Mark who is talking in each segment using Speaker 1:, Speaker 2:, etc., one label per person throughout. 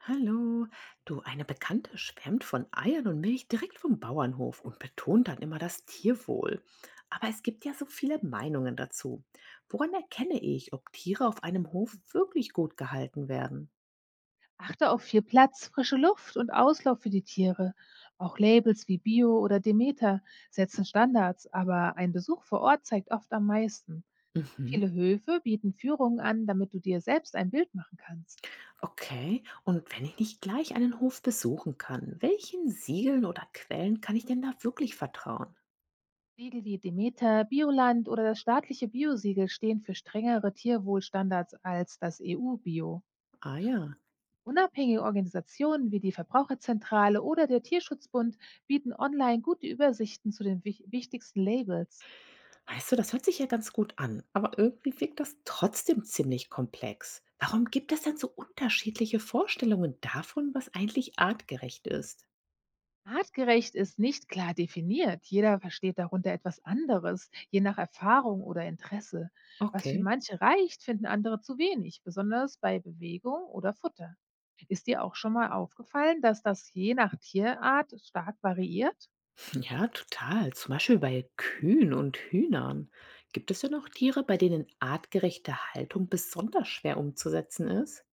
Speaker 1: Hallo. Du, eine Bekannte schwärmt von Eiern und Milch direkt vom Bauernhof und betont dann immer das Tierwohl. Aber es gibt ja so viele Meinungen dazu. Woran erkenne ich, ob Tiere auf einem Hof wirklich gut gehalten werden?
Speaker 2: Achte auf viel Platz, frische Luft und Auslauf für die Tiere. Auch Labels wie Bio oder Demeter setzen Standards, aber ein Besuch vor Ort zeigt oft am meisten.
Speaker 1: Mhm.
Speaker 2: Viele Höfe bieten Führungen an, damit du dir selbst ein Bild machen kannst.
Speaker 1: Okay. Und wenn ich nicht gleich einen Hof besuchen kann, welchen Siegeln oder Quellen kann ich denn da wirklich vertrauen?
Speaker 2: Siegel wie Demeter, Bioland oder das staatliche Biosiegel stehen für strengere Tierwohlstandards als das EU-Bio.
Speaker 1: Ah ja.
Speaker 2: Unabhängige Organisationen wie die Verbraucherzentrale oder der Tierschutzbund bieten online gute Übersichten zu den wichtigsten Labels.
Speaker 1: Weißt du, das hört sich ja ganz gut an, aber irgendwie wirkt das trotzdem ziemlich komplex. Warum gibt es denn so unterschiedliche Vorstellungen davon, was eigentlich artgerecht ist?
Speaker 2: Artgerecht ist nicht klar definiert. Jeder versteht darunter etwas anderes, je nach Erfahrung oder Interesse. Was für
Speaker 1: Okay.
Speaker 2: manche reicht, finden andere zu wenig, besonders bei Bewegung oder Futter. Ist dir auch schon mal aufgefallen, dass das je nach Tierart stark variiert?
Speaker 1: Ja, total. Zum Beispiel bei Kühen und Hühnern. Gibt es denn noch Tiere, bei denen artgerechte Haltung besonders schwer umzusetzen ist?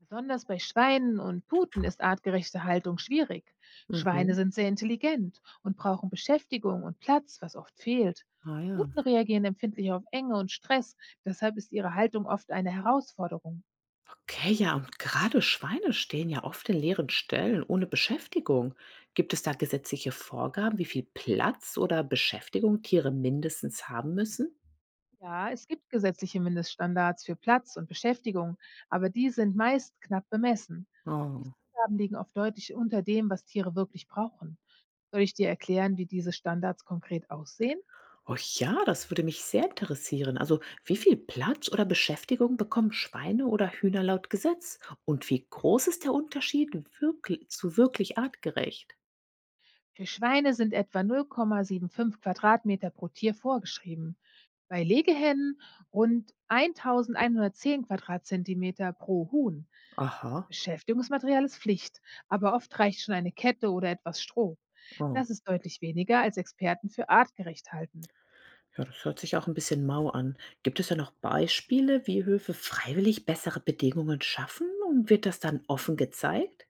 Speaker 2: Besonders bei Schweinen und Puten ist artgerechte Haltung schwierig. Schweine
Speaker 1: Mhm.
Speaker 2: sind sehr intelligent und brauchen Beschäftigung und Platz, was oft fehlt.
Speaker 1: Ah ja.
Speaker 2: Puten reagieren empfindlich auf Enge und Stress, deshalb ist ihre Haltung oft eine Herausforderung.
Speaker 1: Okay, ja, und gerade Schweine stehen ja oft in leeren Ställen ohne Beschäftigung. Gibt es da gesetzliche Vorgaben, wie viel Platz oder Beschäftigung Tiere mindestens haben müssen?
Speaker 2: Ja, es gibt gesetzliche Mindeststandards für Platz und Beschäftigung, aber die sind meist knapp bemessen. Die
Speaker 1: Oh.
Speaker 2: Vorgaben liegen oft deutlich unter dem, was Tiere wirklich brauchen. Soll ich dir erklären, wie diese Standards konkret aussehen?
Speaker 1: Oh ja, das würde mich sehr interessieren. Also, wie viel Platz oder Beschäftigung bekommen Schweine oder Hühner laut Gesetz? Und wie groß ist der Unterschied wirklich, zu wirklich artgerecht?
Speaker 2: Für Schweine sind etwa 0,75 Quadratmeter pro Tier vorgeschrieben, bei Legehennen rund 1110 Quadratzentimeter pro Huhn.
Speaker 1: Aha.
Speaker 2: Beschäftigungsmaterial ist Pflicht, aber oft reicht schon eine Kette oder etwas Stroh.
Speaker 1: Oh.
Speaker 2: Das ist deutlich weniger, als Experten für artgerecht halten.
Speaker 1: Ja, das hört sich auch ein bisschen mau an. Gibt es da noch Beispiele, wie Höfe freiwillig bessere Bedingungen schaffen und wird das dann offen gezeigt?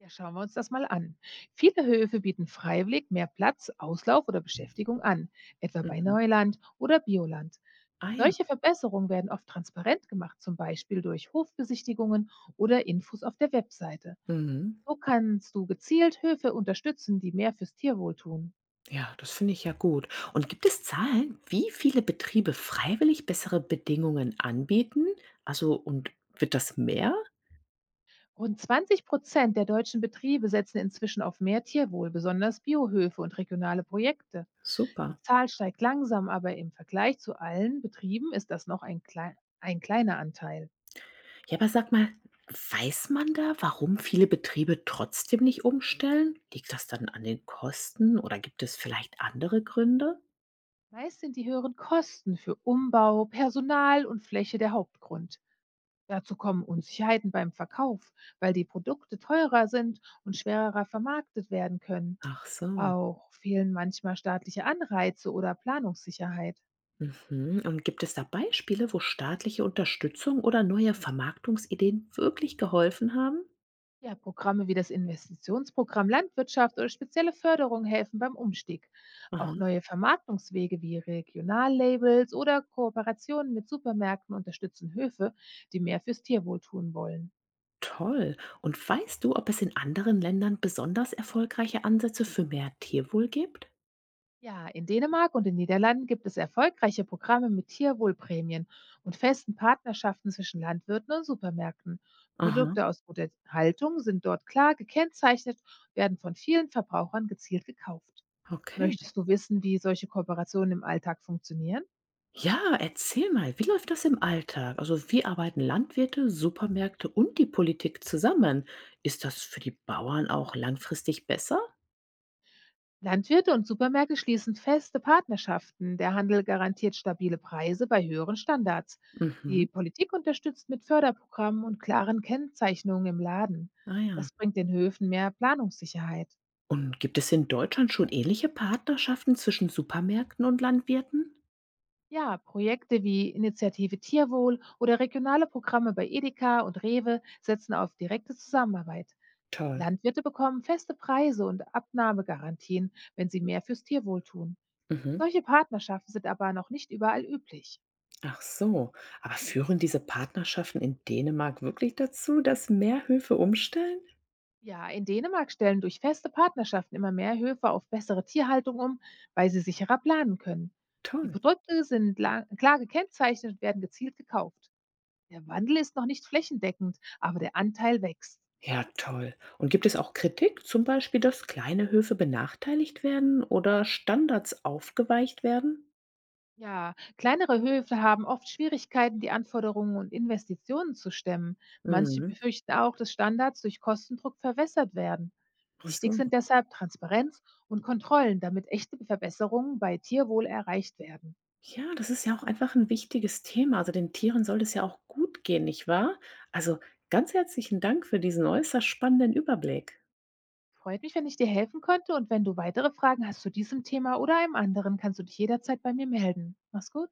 Speaker 2: Ja, schauen wir uns das mal an. Viele Höfe bieten freiwillig mehr Platz, Auslauf oder Beschäftigung an, etwa bei
Speaker 1: Mhm.
Speaker 2: Neuland oder Bioland.
Speaker 1: Ah ja.
Speaker 2: Solche Verbesserungen werden oft transparent gemacht, zum Beispiel durch Hofbesichtigungen oder Infos auf der Webseite.
Speaker 1: Mhm.
Speaker 2: So kannst du gezielt Höfe unterstützen, die mehr fürs Tierwohl tun.
Speaker 1: Ja, das finde ich ja gut. Und gibt es Zahlen, wie viele Betriebe freiwillig bessere Bedingungen anbieten? Also, und wird das mehr?
Speaker 2: Rund 20% der deutschen Betriebe setzen inzwischen auf mehr Tierwohl, besonders Biohöfe und regionale Projekte. Die
Speaker 1: Super.
Speaker 2: Zahl steigt langsam, aber im Vergleich zu allen Betrieben ist das noch ein, klei ein kleiner Anteil.
Speaker 1: Ja, aber sag mal, weiß man da, warum viele Betriebe trotzdem nicht umstellen? Liegt das dann an den Kosten oder gibt es vielleicht andere Gründe?
Speaker 2: Meist sind die höheren Kosten für Umbau, Personal und Fläche der Hauptgrund. Dazu kommen Unsicherheiten beim Verkauf, weil die Produkte teurer sind und schwerer vermarktet werden können.
Speaker 1: Ach so.
Speaker 2: Auch fehlen manchmal staatliche Anreize oder Planungssicherheit.
Speaker 1: Mhm. Und gibt es da Beispiele, wo staatliche Unterstützung oder neue Vermarktungsideen wirklich geholfen haben?
Speaker 2: Ja, Programme wie das Investitionsprogramm Landwirtschaft oder spezielle Förderung helfen beim Umstieg. Auch
Speaker 1: Aha,
Speaker 2: neue Vermarktungswege wie Regionallabels oder Kooperationen mit Supermärkten unterstützen Höfe, die mehr fürs Tierwohl tun wollen.
Speaker 1: toll. Und weißt du, ob es in anderen Ländern besonders erfolgreiche Ansätze für mehr Tierwohl gibt?
Speaker 2: Ja, in Dänemark und den Niederlanden gibt es erfolgreiche Programme mit Tierwohlprämien und festen Partnerschaften zwischen Landwirten und Supermärkten.
Speaker 1: Aha,
Speaker 2: Produkte aus guter Haltung sind dort klar gekennzeichnet, werden von vielen Verbrauchern gezielt gekauft.
Speaker 1: okay.
Speaker 2: Möchtest du wissen, wie solche Kooperationen im Alltag funktionieren?
Speaker 1: Ja, erzähl mal, wie läuft das im Alltag? Also wie arbeiten Landwirte, Supermärkte und die Politik zusammen? Ist das für die Bauern auch langfristig besser?
Speaker 2: Landwirte und Supermärkte schließen feste Partnerschaften. Der Handel garantiert stabile Preise bei höheren Standards.
Speaker 1: Mhm.
Speaker 2: Die Politik unterstützt mit Förderprogrammen und klaren Kennzeichnungen im Laden.
Speaker 1: Ah ja.
Speaker 2: Das bringt den Höfen mehr Planungssicherheit.
Speaker 1: Und gibt es in Deutschland schon ähnliche Partnerschaften zwischen Supermärkten und Landwirten?
Speaker 2: Ja, Projekte wie Initiative Tierwohl oder regionale Programme bei Edeka und Rewe setzen auf direkte Zusammenarbeit.
Speaker 1: Toll.
Speaker 2: Landwirte bekommen feste Preise und Abnahmegarantien, wenn sie mehr fürs Tierwohl tun.
Speaker 1: Mhm.
Speaker 2: Solche Partnerschaften sind aber noch nicht überall üblich.
Speaker 1: Ach so, aber führen diese Partnerschaften in Dänemark wirklich dazu, dass mehr Höfe umstellen?
Speaker 2: Ja, in Dänemark stellen durch feste Partnerschaften immer mehr Höfe auf bessere Tierhaltung um, weil sie sicherer planen können. Die
Speaker 1: Toll.
Speaker 2: Produkte sind klar gekennzeichnet und werden gezielt gekauft. Der Wandel ist noch nicht flächendeckend, aber der Anteil wächst.
Speaker 1: Ja, toll. Und gibt es auch Kritik, zum Beispiel, dass kleine Höfe benachteiligt werden oder Standards aufgeweicht werden?
Speaker 2: Ja, kleinere Höfe haben oft Schwierigkeiten, die Anforderungen und Investitionen zu stemmen. Manche
Speaker 1: Mhm.
Speaker 2: befürchten auch, dass Standards durch Kostendruck verwässert werden.
Speaker 1: Ach
Speaker 2: Wichtig
Speaker 1: so.
Speaker 2: sind deshalb Transparenz und Kontrollen, damit echte Verbesserungen bei Tierwohl erreicht werden.
Speaker 1: Ja, das ist ja auch einfach ein wichtiges Thema. Also, den Tieren soll es ja auch gut gehen, nicht wahr? Also, ganz herzlichen Dank für diesen äußerst spannenden Überblick.
Speaker 2: Freut mich, wenn ich dir helfen konnte, und wenn du weitere Fragen hast zu diesem Thema oder einem anderen, kannst du dich jederzeit bei mir melden. Mach's gut.